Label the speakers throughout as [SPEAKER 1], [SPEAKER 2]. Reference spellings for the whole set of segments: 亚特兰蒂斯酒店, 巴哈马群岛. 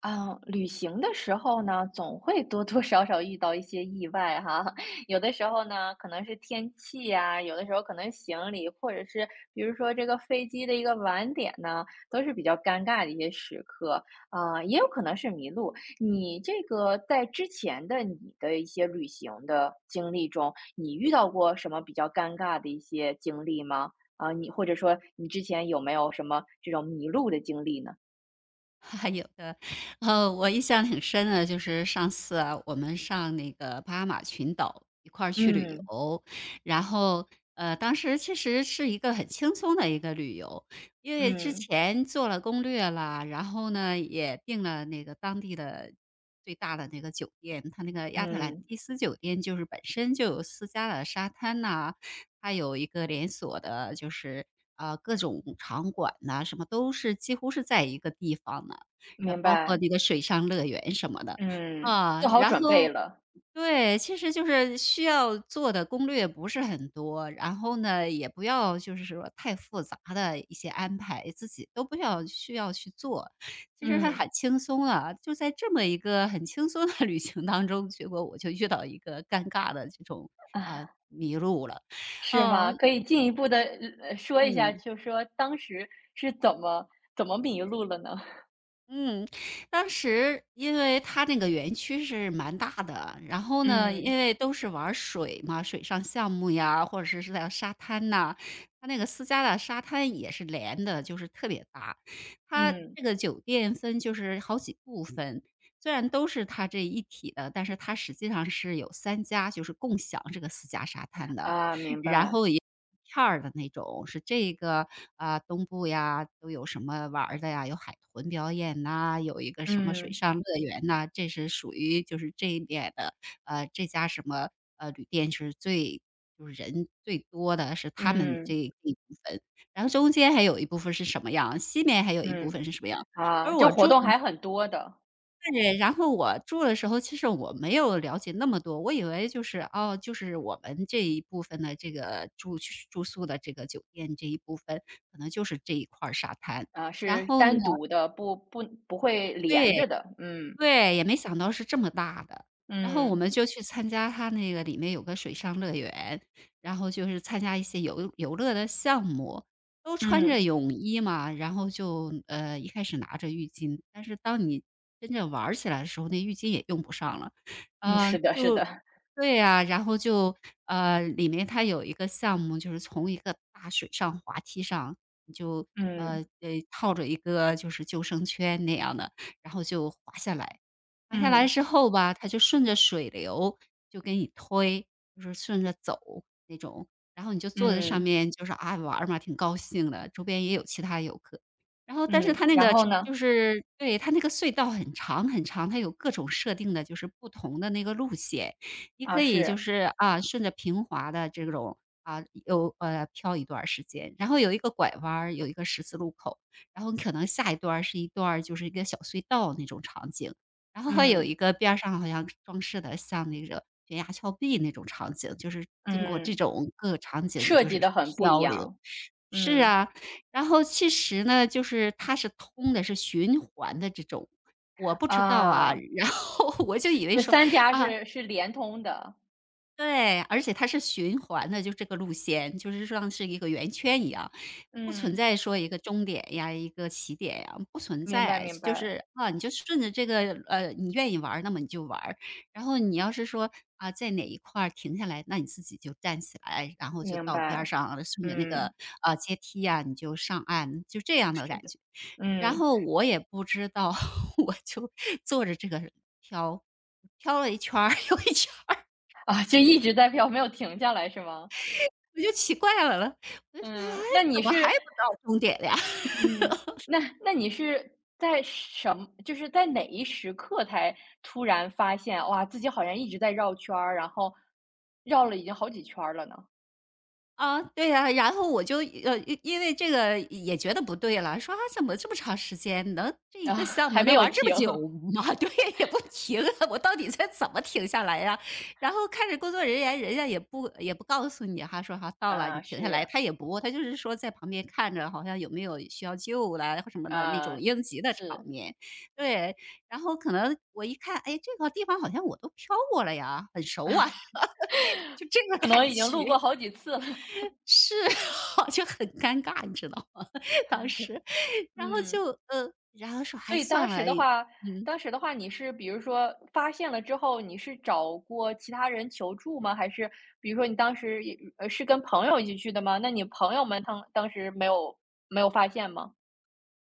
[SPEAKER 1] 啊，旅行的时候呢，总会多多少少遇到一些意外哈。有的时候呢，可能是天气啊，有的时候可能行李，或者是比如说这个飞机的一个晚点呢，都是比较尴尬的一些时刻。啊，也有可能是迷路。你这个在之前的你的一些旅行的经历中，你遇到过什么比较尴尬的一些经历吗？啊，你或者说你之前有没有什么这种迷路的经历呢？
[SPEAKER 2] 还有的，我印象挺深的，就是上次啊，我们上那个巴哈马群岛一块儿去旅
[SPEAKER 1] 嗯
[SPEAKER 2] 游，然后，当时其实是一个很轻松的一个旅游，因为之
[SPEAKER 1] 嗯。
[SPEAKER 2] 前做了攻略啦，然后呢，也订了那个当地的最大的那个酒店，它那个亚特兰
[SPEAKER 1] 嗯，
[SPEAKER 2] 蒂斯酒店就是本身就有私家的沙滩呐、它有一个连锁的，就是各种场馆呐、什么都是几乎是在一个地方的，
[SPEAKER 1] 明
[SPEAKER 2] 包括
[SPEAKER 1] 白，
[SPEAKER 2] 那个水上乐园什么的，
[SPEAKER 1] 嗯，
[SPEAKER 2] 啊，
[SPEAKER 1] 做好
[SPEAKER 2] 然
[SPEAKER 1] 准备
[SPEAKER 2] 后
[SPEAKER 1] 了，
[SPEAKER 2] 对，其实就是需要做的攻略不是很多，然后呢，也不要就是说太复杂的一些安排，自己都不要需要去做，其实还
[SPEAKER 1] 嗯，
[SPEAKER 2] 很轻松啊。就在这么一个很轻松的 旅行当中，结果我就遇到一个尴尬的这种
[SPEAKER 1] 啊，
[SPEAKER 2] 迷路了。
[SPEAKER 1] 是
[SPEAKER 2] 哦，
[SPEAKER 1] 吗？可以进一步的说一下，
[SPEAKER 2] 嗯，
[SPEAKER 1] 就说当时是怎么迷路了呢？
[SPEAKER 2] 嗯，当时因为它那个园区是蛮大的，然后呢，
[SPEAKER 1] 嗯，
[SPEAKER 2] 因为都是玩儿水嘛，水上项目呀，或者是在沙滩呐，它那个私家的沙滩也是连的，就是特别大。它
[SPEAKER 1] 嗯，
[SPEAKER 2] 这个酒店分就是好几部分，虽然都是它这一体的，但是它实际上是有三家就是共享这个私家沙滩的。
[SPEAKER 1] 啊，明
[SPEAKER 2] 然
[SPEAKER 1] 白，
[SPEAKER 2] 后一片儿的那种，是这个，啊，东部呀都有什么玩儿的呀，有海豚表演呐，有一个什么水
[SPEAKER 1] 嗯，
[SPEAKER 2] 上乐园呐，这是属于就是这一点的，这家什么，旅店是最就是人最多的，是他们这
[SPEAKER 1] 嗯，
[SPEAKER 2] 一部分。然后中间还有一部分是什么样，西面还有一部
[SPEAKER 1] 嗯，
[SPEAKER 2] 分是什么样，
[SPEAKER 1] 啊，
[SPEAKER 2] 而
[SPEAKER 1] 就
[SPEAKER 2] 我
[SPEAKER 1] 活
[SPEAKER 2] 住的
[SPEAKER 1] 动还很多的，
[SPEAKER 2] 对，然后我住的时候，其实我没有了解那么多，我以为就是，哦，就是我们这一部分的这个住宿的这个酒店这一部分，可能就是这一块儿沙滩。
[SPEAKER 1] 啊，
[SPEAKER 2] 然
[SPEAKER 1] 是
[SPEAKER 2] 后呢
[SPEAKER 1] 单独的，不会连着
[SPEAKER 2] 对。
[SPEAKER 1] 的，嗯，
[SPEAKER 2] 对，也没想到是这么大的。然后我
[SPEAKER 1] 嗯，
[SPEAKER 2] 们就去参加它那个里面有个水上乐园，然后就是参加一些游乐的项目，都穿着
[SPEAKER 1] 嗯，
[SPEAKER 2] 泳衣嘛，然后就一开始拿着浴巾，但是当你真正玩儿起来的时候，那浴巾也用不上了。
[SPEAKER 1] 嗯，是
[SPEAKER 2] 嗯，
[SPEAKER 1] 的，是
[SPEAKER 2] 就
[SPEAKER 1] 的，
[SPEAKER 2] 对呀，然后就里面它有一个项目，就是从一个大水上滑梯上，你就
[SPEAKER 1] 嗯，
[SPEAKER 2] 套着一个就是救生圈那样的，然后就滑下来。滑下来
[SPEAKER 1] 嗯，
[SPEAKER 2] 之后吧，它就顺着水流就给你推，就是顺着走那种。然后你就坐在上
[SPEAKER 1] 嗯，
[SPEAKER 2] 面，就是啊玩儿嘛，挺高兴的。周边也有其他游客，然后但是
[SPEAKER 1] 嗯，
[SPEAKER 2] 它那
[SPEAKER 1] 然
[SPEAKER 2] 个
[SPEAKER 1] 后呢？
[SPEAKER 2] 就是对，它那个隧道很长很长，它有各种设定的，就是不同的那个路线。你
[SPEAKER 1] 啊，
[SPEAKER 2] 可以
[SPEAKER 1] 是，
[SPEAKER 2] 就是啊，顺着平滑的这种啊，有飘一段儿时间，然后有一个拐弯儿，有一个十字路口。然后你可能下一段儿是一段儿就是一个小隧道那种场景，然后还有
[SPEAKER 1] 嗯。
[SPEAKER 2] 一个边儿上好像装饰的像那个悬崖峭壁那种场景，就是经过这
[SPEAKER 1] 嗯，
[SPEAKER 2] 种各个场景你
[SPEAKER 1] 设
[SPEAKER 2] 就是
[SPEAKER 1] 计的很不一
[SPEAKER 2] 漂流。
[SPEAKER 1] 样，
[SPEAKER 2] 是
[SPEAKER 1] 嗯，
[SPEAKER 2] 啊，然后其实呢，就是它是通的，是循环的这种，我不知道啊，
[SPEAKER 1] 啊，
[SPEAKER 2] 然后 我就以为
[SPEAKER 1] 就
[SPEAKER 2] 说，
[SPEAKER 1] 三家
[SPEAKER 2] 啊，
[SPEAKER 1] 是连通的，
[SPEAKER 2] 对，而且它是循环的，就这个路线，就是像是一个圆圈一样，不存
[SPEAKER 1] 嗯，
[SPEAKER 2] 在说一个终点呀，一个起点呀，不存
[SPEAKER 1] 明白
[SPEAKER 2] 在。
[SPEAKER 1] 明
[SPEAKER 2] 就
[SPEAKER 1] 白
[SPEAKER 2] 是啊，你就顺着这个你愿意玩儿那么你就玩儿然后你要是说啊，在哪一块儿停下来，那你自己就站起来，然后就
[SPEAKER 1] 明
[SPEAKER 2] 到边儿
[SPEAKER 1] 白，
[SPEAKER 2] 上，顺着那
[SPEAKER 1] 嗯，
[SPEAKER 2] 个阶梯呀，你就上岸，就这样的
[SPEAKER 1] 是
[SPEAKER 2] 感
[SPEAKER 1] 的，
[SPEAKER 2] 觉。然
[SPEAKER 1] 嗯，
[SPEAKER 2] 后我也不知道，我就坐着这个飘，飘了一圈儿 又一圈儿
[SPEAKER 1] 啊，就一直在飙，没有停下来是吗？
[SPEAKER 2] 我就奇怪了，我就觉得，哎，
[SPEAKER 1] 嗯，
[SPEAKER 2] 怎么还不到终点呀？
[SPEAKER 1] 嗯，那那你是在什么就是在哪一时刻才突然发现，哇，自己好像一直在绕圈儿，然后绕了已经好几圈儿了呢，
[SPEAKER 2] 啊，对呀，然后我就呃，因为这个也觉得不对了，说啊，怎么这么长时间能这一个 项目
[SPEAKER 1] 还没
[SPEAKER 2] 能
[SPEAKER 1] 有
[SPEAKER 2] 玩这
[SPEAKER 1] 停，
[SPEAKER 2] 么久吗？对，也不停啊，我到底在怎么停下来呀？然后看着工作人员，人家也不告诉你哈，说哈到了你
[SPEAKER 1] 啊，
[SPEAKER 2] 停下来，
[SPEAKER 1] 是。
[SPEAKER 2] 他也不，他就是说在旁边看着，好像有没有需要救啦或什么的那
[SPEAKER 1] 啊，
[SPEAKER 2] 种应急的场
[SPEAKER 1] 是，
[SPEAKER 2] 面，对。然后可能我一看，哎，这个地方好像我都飘过了呀，很熟啊，就这个
[SPEAKER 1] 可
[SPEAKER 2] 感
[SPEAKER 1] 能已经录
[SPEAKER 2] 觉。
[SPEAKER 1] 过好几次了。
[SPEAKER 2] 是，就很尴尬，你知道吗？当时，然后
[SPEAKER 1] 嗯，
[SPEAKER 2] 就然后说：
[SPEAKER 1] 所
[SPEAKER 2] “还
[SPEAKER 1] 以
[SPEAKER 2] 算
[SPEAKER 1] 当
[SPEAKER 2] 了。
[SPEAKER 1] 时
[SPEAKER 2] 哎”
[SPEAKER 1] 的话
[SPEAKER 2] 嗯。
[SPEAKER 1] 当时的话，你是比如说发现了之后，你是找过其他人求助吗？还是比如说你当时也是跟朋友一起去的吗？那你朋友们当时没有发现吗？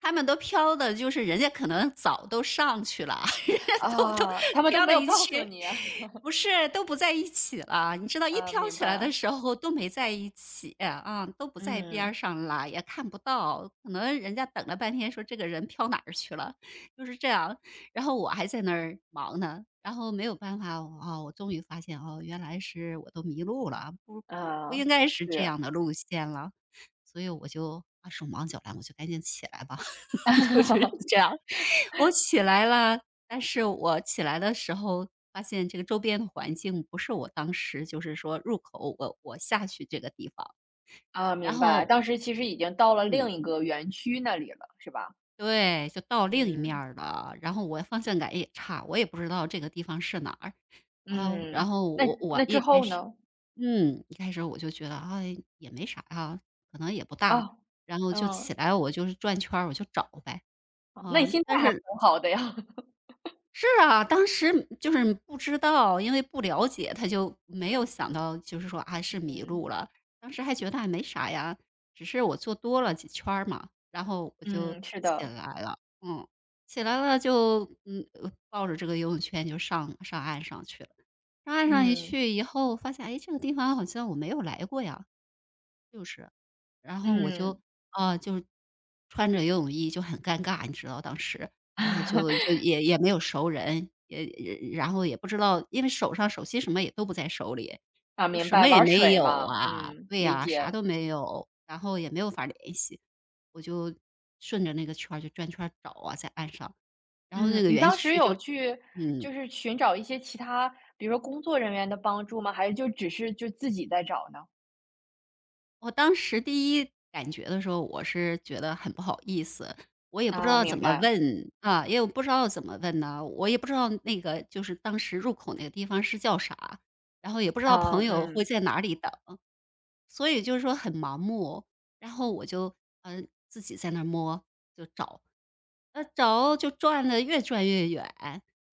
[SPEAKER 2] 他们都飘的就是人家可能早都上去了，人家都
[SPEAKER 1] 啊，他们都
[SPEAKER 2] 飘
[SPEAKER 1] 没
[SPEAKER 2] 了
[SPEAKER 1] 有
[SPEAKER 2] 一
[SPEAKER 1] 告诉
[SPEAKER 2] 圈，
[SPEAKER 1] 你啊。
[SPEAKER 2] 不是，都不在一起了。你知 道一
[SPEAKER 1] 啊，
[SPEAKER 2] 飘
[SPEAKER 1] 明
[SPEAKER 2] 起来的
[SPEAKER 1] 白。
[SPEAKER 2] 时候都没在一起，啊，都不在边
[SPEAKER 1] 嗯，
[SPEAKER 2] 儿上了，也看不到，可能人家等了半天说这个人飘哪儿去了，就是这样。然后我还在那儿忙呢，然后没有办法，哦，我终于发现哦，原来是我都迷路了，不
[SPEAKER 1] 啊，
[SPEAKER 2] 应该是这
[SPEAKER 1] 是。
[SPEAKER 2] 样的路线了。所以我就啊手忙脚乱，我就赶紧起来吧，就是 这样。我起来了，但是我起来的时候发现这个周边的环境不是我当时就是说入口我下去这个地方，
[SPEAKER 1] 啊，
[SPEAKER 2] 然
[SPEAKER 1] 明白，
[SPEAKER 2] 后
[SPEAKER 1] 当时其实已经到了
[SPEAKER 2] 嗯，
[SPEAKER 1] 另一个园区那里了，是吧？
[SPEAKER 2] 对，就到另一面
[SPEAKER 1] 嗯。
[SPEAKER 2] 儿了，然后我方向感也差，我也不知道这个地方是哪儿啊。然
[SPEAKER 1] 嗯，
[SPEAKER 2] 后
[SPEAKER 1] 那
[SPEAKER 2] 我
[SPEAKER 1] 那之
[SPEAKER 2] 一开
[SPEAKER 1] 后
[SPEAKER 2] 始
[SPEAKER 1] 呢？
[SPEAKER 2] 嗯，一开始我就觉得啊也没啥啊，可能也不大。
[SPEAKER 1] 啊，
[SPEAKER 2] 然后就
[SPEAKER 1] 嗯，
[SPEAKER 2] 起来，我就是转圈儿，我就找呗。
[SPEAKER 1] 啊那你
[SPEAKER 2] 嗯，
[SPEAKER 1] 心
[SPEAKER 2] 但
[SPEAKER 1] 态还
[SPEAKER 2] 是
[SPEAKER 1] 很好的呀。
[SPEAKER 2] 是啊，当时就是不知道，因为不了解，他就没有想到，就是说啊是迷
[SPEAKER 1] 嗯，
[SPEAKER 2] 路了。当时还觉得还没啥呀，只是我做多了几圈儿嘛，然后我就
[SPEAKER 1] 嗯，是
[SPEAKER 2] 起
[SPEAKER 1] 的，
[SPEAKER 2] 来了，嗯，起来了就抱着这个游泳圈就上岸上去了。上岸上一
[SPEAKER 1] 嗯，
[SPEAKER 2] 去以后，发现哎这个地方好像我没有来过呀，就是然后我就
[SPEAKER 1] 嗯。
[SPEAKER 2] 啊，就是穿着游泳衣就很尴尬，你知道当时，然后就 也没有熟人，也然后也不知道，因为手上手机什么也都不在手里，
[SPEAKER 1] 啊，
[SPEAKER 2] 就
[SPEAKER 1] 明
[SPEAKER 2] 什
[SPEAKER 1] 白，
[SPEAKER 2] 么也
[SPEAKER 1] 玩
[SPEAKER 2] 没
[SPEAKER 1] 水
[SPEAKER 2] 有
[SPEAKER 1] 嘛，
[SPEAKER 2] 啊，
[SPEAKER 1] 嗯，
[SPEAKER 2] 对
[SPEAKER 1] 理
[SPEAKER 2] 呀，啥
[SPEAKER 1] 解。
[SPEAKER 2] 都没有，然后也没有法联系。我就顺着那个圈儿就转圈儿找啊，在岸上，然后
[SPEAKER 1] 嗯，
[SPEAKER 2] 那个
[SPEAKER 1] 你
[SPEAKER 2] 园
[SPEAKER 1] 当时
[SPEAKER 2] 区就
[SPEAKER 1] 有去
[SPEAKER 2] 嗯。
[SPEAKER 1] 就是寻找一些其他，比如说工作人员的帮助吗？还是就只是就自己在找呢？
[SPEAKER 2] 我当时第一感觉的时候，我是觉得很不好意思，我也不知
[SPEAKER 1] 啊，
[SPEAKER 2] 道
[SPEAKER 1] 明
[SPEAKER 2] 怎么
[SPEAKER 1] 白，
[SPEAKER 2] 问啊，因为我不知道怎么问呢，我也不知道那个就是当时入口那个地方是叫啥，然后也不知道
[SPEAKER 1] 啊，
[SPEAKER 2] 朋友会
[SPEAKER 1] 嗯，
[SPEAKER 2] 在哪里等，所以就是说很盲目。然后我就嗯自己在那儿摸就找，轴就转的越转越远，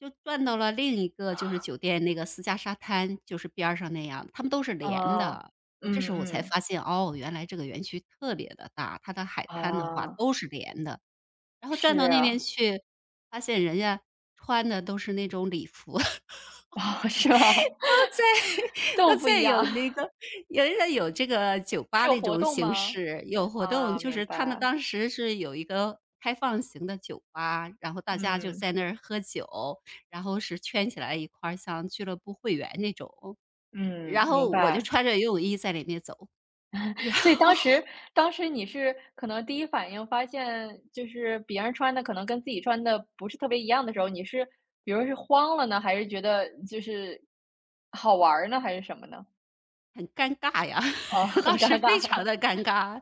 [SPEAKER 2] 就转到了另一个就是酒店那个私家沙滩，就是边儿上那样，他们都是连
[SPEAKER 1] 啊，
[SPEAKER 2] 的。我这
[SPEAKER 1] 嗯
[SPEAKER 2] 时候我才
[SPEAKER 1] 嗯，
[SPEAKER 2] 发现，哦，原来这个园区特别的大，它的海滩的话
[SPEAKER 1] 啊，
[SPEAKER 2] 都是连的。然后转
[SPEAKER 1] 是
[SPEAKER 2] 到那边
[SPEAKER 1] 啊，
[SPEAKER 2] 去，发现人家穿的都是那种礼服。
[SPEAKER 1] 哦是吗？这么
[SPEAKER 2] 那
[SPEAKER 1] 不一
[SPEAKER 2] 再
[SPEAKER 1] 样。
[SPEAKER 2] 有那个，有家有这个酒
[SPEAKER 1] 是
[SPEAKER 2] 吧
[SPEAKER 1] 有
[SPEAKER 2] 那
[SPEAKER 1] 活
[SPEAKER 2] 种
[SPEAKER 1] 动
[SPEAKER 2] 形
[SPEAKER 1] 吗？
[SPEAKER 2] 式，有活动，
[SPEAKER 1] 啊，
[SPEAKER 2] 就
[SPEAKER 1] 明
[SPEAKER 2] 是他们
[SPEAKER 1] 白，
[SPEAKER 2] 当时是有一个开放型的酒吧，然后大家就
[SPEAKER 1] 嗯，
[SPEAKER 2] 在那儿喝酒，然后是圈起来一块儿，像俱乐部会员那种。
[SPEAKER 1] 嗯，
[SPEAKER 2] 然
[SPEAKER 1] 明
[SPEAKER 2] 后我就
[SPEAKER 1] 白。
[SPEAKER 2] 穿着游泳衣在里面走，然
[SPEAKER 1] 所以
[SPEAKER 2] 后
[SPEAKER 1] 当时你是可能第一反应发现，就是别人穿的可能跟自己穿的不是特别一样的时候，你是比如是慌了呢，还是觉得就是好玩儿呢，还是什么呢？
[SPEAKER 2] 很尴尬呀，
[SPEAKER 1] 哦，
[SPEAKER 2] 当
[SPEAKER 1] 很
[SPEAKER 2] 时
[SPEAKER 1] 尴尬。
[SPEAKER 2] 非常 的尴尬，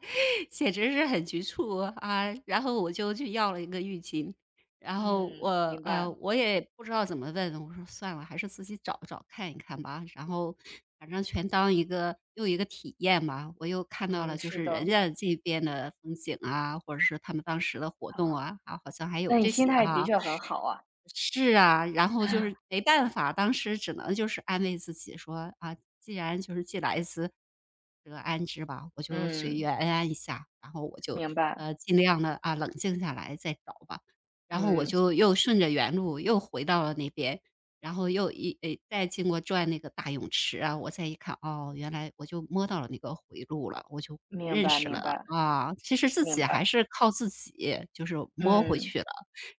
[SPEAKER 2] 简直是很局促啊。然后我就去要了一个浴巾，然后我
[SPEAKER 1] 嗯，明白。
[SPEAKER 2] 我也不知道怎么问，我说：“算了，还是自己找找看一看吧。”然后反正全当一个又一个体验吧。我又看到了
[SPEAKER 1] 嗯，
[SPEAKER 2] 就
[SPEAKER 1] 是
[SPEAKER 2] 是人
[SPEAKER 1] 的，
[SPEAKER 2] 家这边的风景啊，或者是他们当时的活动
[SPEAKER 1] 好，
[SPEAKER 2] 啊，啊，好像还有
[SPEAKER 1] 那你
[SPEAKER 2] 这
[SPEAKER 1] 心
[SPEAKER 2] 些
[SPEAKER 1] 态的
[SPEAKER 2] 哈。
[SPEAKER 1] 确很好啊。
[SPEAKER 2] 是啊，然后就是没办法，当时只能就是安慰自己说：“啊，既然就是既来之，则安之吧，我就随
[SPEAKER 1] 嗯，
[SPEAKER 2] 缘安一下。”然后我就，
[SPEAKER 1] 明白，
[SPEAKER 2] 尽量的啊，冷静下来再找吧。然后我
[SPEAKER 1] 嗯，
[SPEAKER 2] 就又顺着原路又回到了那边，然后又一诶，再经过转那个大泳池啊，我再一看，哦，原来我就摸到了那个回路了，我就
[SPEAKER 1] 明
[SPEAKER 2] 认
[SPEAKER 1] 白，
[SPEAKER 2] 识
[SPEAKER 1] 明
[SPEAKER 2] 了
[SPEAKER 1] 白，
[SPEAKER 2] 啊，其实自己
[SPEAKER 1] 明
[SPEAKER 2] 还
[SPEAKER 1] 白，
[SPEAKER 2] 是靠自己，就是摸回
[SPEAKER 1] 嗯，
[SPEAKER 2] 去了。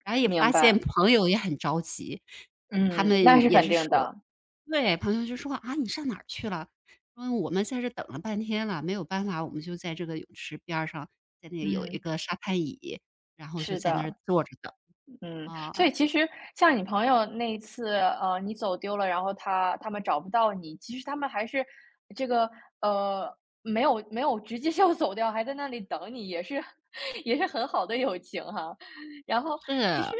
[SPEAKER 2] 然后也
[SPEAKER 1] 明
[SPEAKER 2] 发现
[SPEAKER 1] 白。
[SPEAKER 2] 朋友也很着急，呃他
[SPEAKER 1] 嗯，那
[SPEAKER 2] 们
[SPEAKER 1] 是
[SPEAKER 2] 也
[SPEAKER 1] 肯
[SPEAKER 2] 是
[SPEAKER 1] 定
[SPEAKER 2] 说
[SPEAKER 1] 的，
[SPEAKER 2] 对，朋友就说："啊，你上哪儿去了？"说："我们在这等了半天了，没有办法，我们就在这个泳池边儿上，在那有一
[SPEAKER 1] 嗯，
[SPEAKER 2] 个沙滩椅，然后就
[SPEAKER 1] 是
[SPEAKER 2] 在那儿
[SPEAKER 1] 的。
[SPEAKER 2] 坐着等。"
[SPEAKER 1] 嗯，所
[SPEAKER 2] 啊，
[SPEAKER 1] 以其实像你朋友那一次，你走丢了，然后他们找不到你，其实他们还是这个呃，没有直接就走掉，还在那里等你，也是 也是很好的友情哈。然后
[SPEAKER 2] 是，
[SPEAKER 1] 其实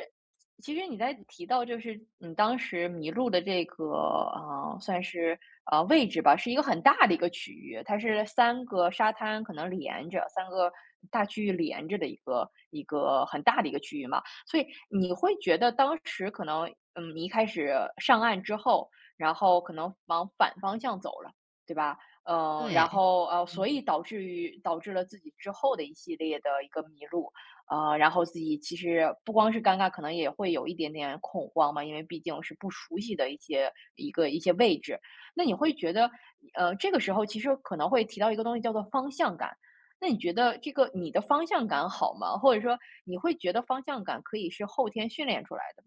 [SPEAKER 1] 其实你在提到就是你当时迷路的这个算是位置吧，是一个很大的一个区域，它是三个沙滩可能连着，三个大区域连着的一个很大的一个区域嘛。所以你会觉得当时可能，嗯，你一开始上岸之后，然后可能往反方向走了，对吧？然
[SPEAKER 2] 对，
[SPEAKER 1] 后所
[SPEAKER 2] 嗯，
[SPEAKER 1] 以导致了自己之后的一系列的一个迷路，然后自己其实不光是尴尬，可能也会有一点点恐慌嘛，因为毕竟是不熟悉的一些位置。那你会觉得，这个时候其实可能会提到一个东西叫做方向感。那你觉得这个你的方向感好吗？或者说你会觉得方向感可以是后天训练出来的？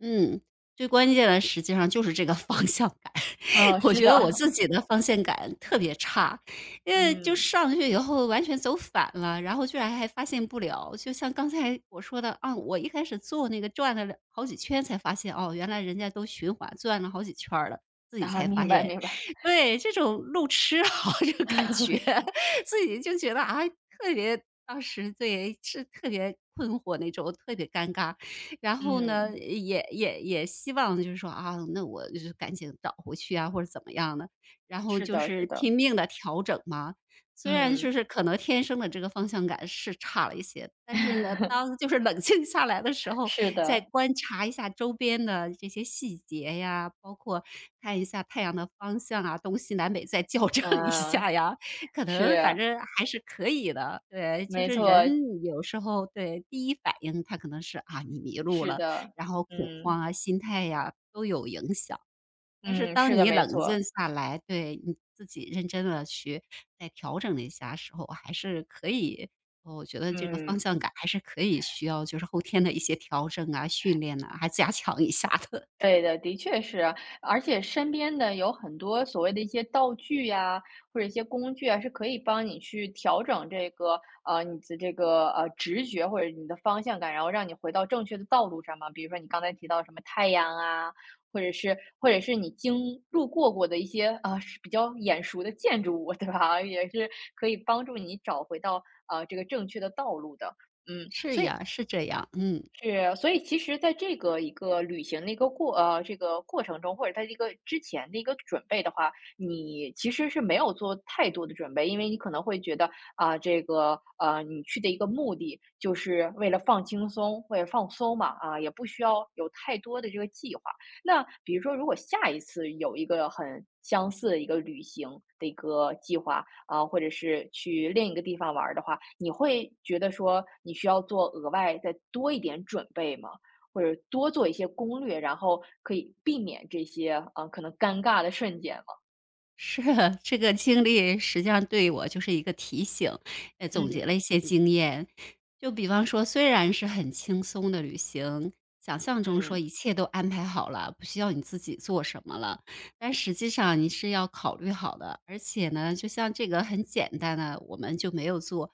[SPEAKER 2] 嗯，最关键的实际上就是这个方向感。
[SPEAKER 1] 嗯，
[SPEAKER 2] 我
[SPEAKER 1] 是
[SPEAKER 2] 觉
[SPEAKER 1] 的，
[SPEAKER 2] 得我自己的方向感特别差，因为就
[SPEAKER 1] 嗯，
[SPEAKER 2] 上去以后完全走反了，然后居然还发现不了。就像刚才我说的啊，我一开始做那个转了两好几圈才发现，哦，原来人家都循环转了好几圈儿了，自己
[SPEAKER 1] 啊，
[SPEAKER 2] 才发
[SPEAKER 1] 明白
[SPEAKER 2] 现。
[SPEAKER 1] 明白，
[SPEAKER 2] 对，这种路痴啊，这个感觉，
[SPEAKER 1] 是，
[SPEAKER 2] 自己就觉得啊，特别当时对，是特别困惑那种，特别尴尬。然后
[SPEAKER 1] 嗯，
[SPEAKER 2] 呢，也希望就是说啊，那我就是赶紧倒回去啊，或者怎么样的，然后
[SPEAKER 1] 是
[SPEAKER 2] 就
[SPEAKER 1] 的是
[SPEAKER 2] 是
[SPEAKER 1] 的，
[SPEAKER 2] 拼命的调整嘛。虽然
[SPEAKER 1] 嗯，
[SPEAKER 2] 就是可能天生的这个方向感是差了一些，但是呢，当就是冷静下来的时候，
[SPEAKER 1] 是
[SPEAKER 2] 再
[SPEAKER 1] 的，
[SPEAKER 2] 观察一下周边的这些细节呀，包括看一下太阳的方向啊，东西南北再 校正一
[SPEAKER 1] 嗯，
[SPEAKER 2] 下呀，可能反
[SPEAKER 1] 是，
[SPEAKER 2] 正还是可以的。对，就
[SPEAKER 1] 没
[SPEAKER 2] 是人
[SPEAKER 1] 错，
[SPEAKER 2] 有时候对，第一反应他可能是啊，你迷路
[SPEAKER 1] 是
[SPEAKER 2] 了，
[SPEAKER 1] 的，
[SPEAKER 2] 然后恐
[SPEAKER 1] 嗯，
[SPEAKER 2] 慌啊、心态呀都有影响。但是
[SPEAKER 1] 嗯，是
[SPEAKER 2] 当
[SPEAKER 1] 的，
[SPEAKER 2] 你
[SPEAKER 1] 没
[SPEAKER 2] 冷静
[SPEAKER 1] 错，
[SPEAKER 2] 下来，对，你自己认真的去再调整了一下时候，还是可以我觉得这个方
[SPEAKER 1] 嗯。
[SPEAKER 2] 向感还是可以需要就是后天的一些调整啊、训练呐，还加强一下的。
[SPEAKER 1] 对的，的确是啊而且身边的有很多所谓的一些道具呀，或者一些工具啊，是可以帮你去调整这个，你的这个，直觉或者你的方向感，然后让你回到正确的道路上嘛。比如说你刚才提到什么太阳啊，或者是你路过的一些，比较眼熟的建筑物，对吧？也是可以帮助你找回到，这个正确的道路的，嗯。
[SPEAKER 2] 是呀，是这样，嗯。
[SPEAKER 1] 是，所以其实在这个一个旅行的一个这个过程中，或者在这个之前的一个准备的话，你其实是没有做太多的准备，因为你可能会觉得啊，这个你去的一个目的就是为了放轻松，为了放松嘛，啊，也不需要有太多的这个计划。那比如说，如果下一次有一个很相似的一个旅行的一个计划，啊，或者是去另一个地方玩儿的话，你会觉得说你需要做额外再多一点准备吗？或者多做一些攻略，然后可以避免这些，可能尴尬的瞬间吗？
[SPEAKER 2] 是啊，这个经历实际上对我就是一个提醒，也总结了
[SPEAKER 1] 嗯
[SPEAKER 2] 一些嗯经验。就比方说，虽然是很轻松的旅行，想象中说
[SPEAKER 1] 嗯，
[SPEAKER 2] 一切都安排好了，不需要你自己做什么了，但实际上你是要考虑好的。而且呢，就像这个很简单的，我们就没有做，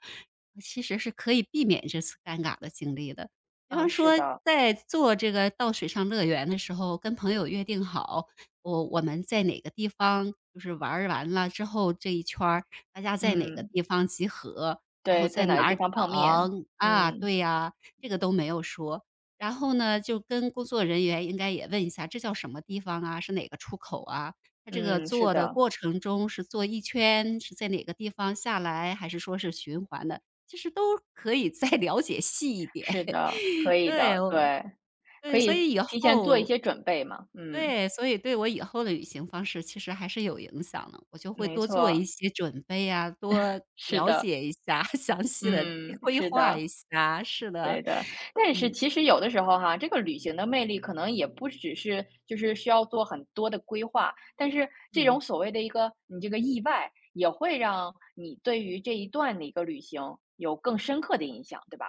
[SPEAKER 2] 其实是可以避免这次尴尬的经历的。比
[SPEAKER 1] 啊，
[SPEAKER 2] 方
[SPEAKER 1] 是
[SPEAKER 2] 说，
[SPEAKER 1] 的，
[SPEAKER 2] 在做这个到水上乐园的时候，跟朋友约定好我们在哪个地方就是玩儿完了之后这一圈儿大家在哪个
[SPEAKER 1] 嗯，
[SPEAKER 2] 地方集合，然后
[SPEAKER 1] 对，在
[SPEAKER 2] 在
[SPEAKER 1] 哪个
[SPEAKER 2] 哪
[SPEAKER 1] 地
[SPEAKER 2] 儿
[SPEAKER 1] 方碰面，
[SPEAKER 2] 等。啊，
[SPEAKER 1] 嗯
[SPEAKER 2] 对呀，这个都没有说。然后呢，就跟工作人员应该也问一下，这叫什么地方啊？是哪个出口啊？它这个
[SPEAKER 1] 嗯，是
[SPEAKER 2] 坐的
[SPEAKER 1] 的
[SPEAKER 2] 过程中是坐一圈，是在哪个地方下来，还是说是循环的？其实都可以再 了解细一点。
[SPEAKER 1] 是的，可 以
[SPEAKER 2] 对，
[SPEAKER 1] 的，
[SPEAKER 2] 我
[SPEAKER 1] 对，可
[SPEAKER 2] 对，所
[SPEAKER 1] 以
[SPEAKER 2] 以以
[SPEAKER 1] 提前做一
[SPEAKER 2] 后
[SPEAKER 1] 些准备嘛，嗯，
[SPEAKER 2] 对，所以对我以后的旅行方式其实还是有影响的，我就会
[SPEAKER 1] 没
[SPEAKER 2] 多做一
[SPEAKER 1] 错，
[SPEAKER 2] 些准备啊，多
[SPEAKER 1] 是
[SPEAKER 2] 了
[SPEAKER 1] 的，
[SPEAKER 2] 解一下，详细的
[SPEAKER 1] 嗯，
[SPEAKER 2] 规
[SPEAKER 1] 是
[SPEAKER 2] 划
[SPEAKER 1] 的。
[SPEAKER 2] 一下，是的。
[SPEAKER 1] 对的，但是其实有的时候哈，这个旅行的魅力可能也不只是就是需要做很多的规划，但是这种
[SPEAKER 2] 嗯，
[SPEAKER 1] 所谓的一个你这个意外，也会让你对于这一段的一个旅行有更深刻的印象，对吧？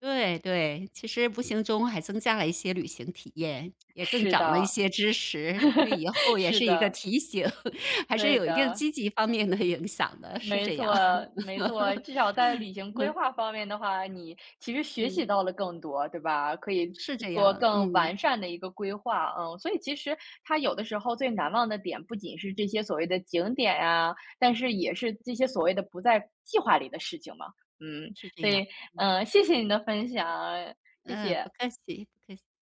[SPEAKER 2] 对对，其实无形中还增加了一些旅行体 验，也更
[SPEAKER 1] 是
[SPEAKER 2] 长了一
[SPEAKER 1] 的，
[SPEAKER 2] 些知识，对以 后也
[SPEAKER 1] 是
[SPEAKER 2] 是一个
[SPEAKER 1] 的，
[SPEAKER 2] 提醒，还是
[SPEAKER 1] 对
[SPEAKER 2] 有一定
[SPEAKER 1] 的。
[SPEAKER 2] 积极方面的影响的，是
[SPEAKER 1] 没
[SPEAKER 2] 这样，
[SPEAKER 1] 错，没错，至少在旅行规划方面的话，你其实学习
[SPEAKER 2] 嗯，
[SPEAKER 1] 到了更多，对吧？可以
[SPEAKER 2] 是这
[SPEAKER 1] 做
[SPEAKER 2] 样，
[SPEAKER 1] 更
[SPEAKER 2] 嗯，
[SPEAKER 1] 完善的一个规划，嗯，所以其实它有的时候最难忘的点，不仅是这些所谓的景点呀，但是也是这些所谓的不在计划里的事情嘛，嗯，
[SPEAKER 2] 是这
[SPEAKER 1] 所
[SPEAKER 2] 样。
[SPEAKER 1] 以，嗯，谢谢你的分享，谢
[SPEAKER 2] 嗯，
[SPEAKER 1] 谢。
[SPEAKER 2] 不客气，不客气。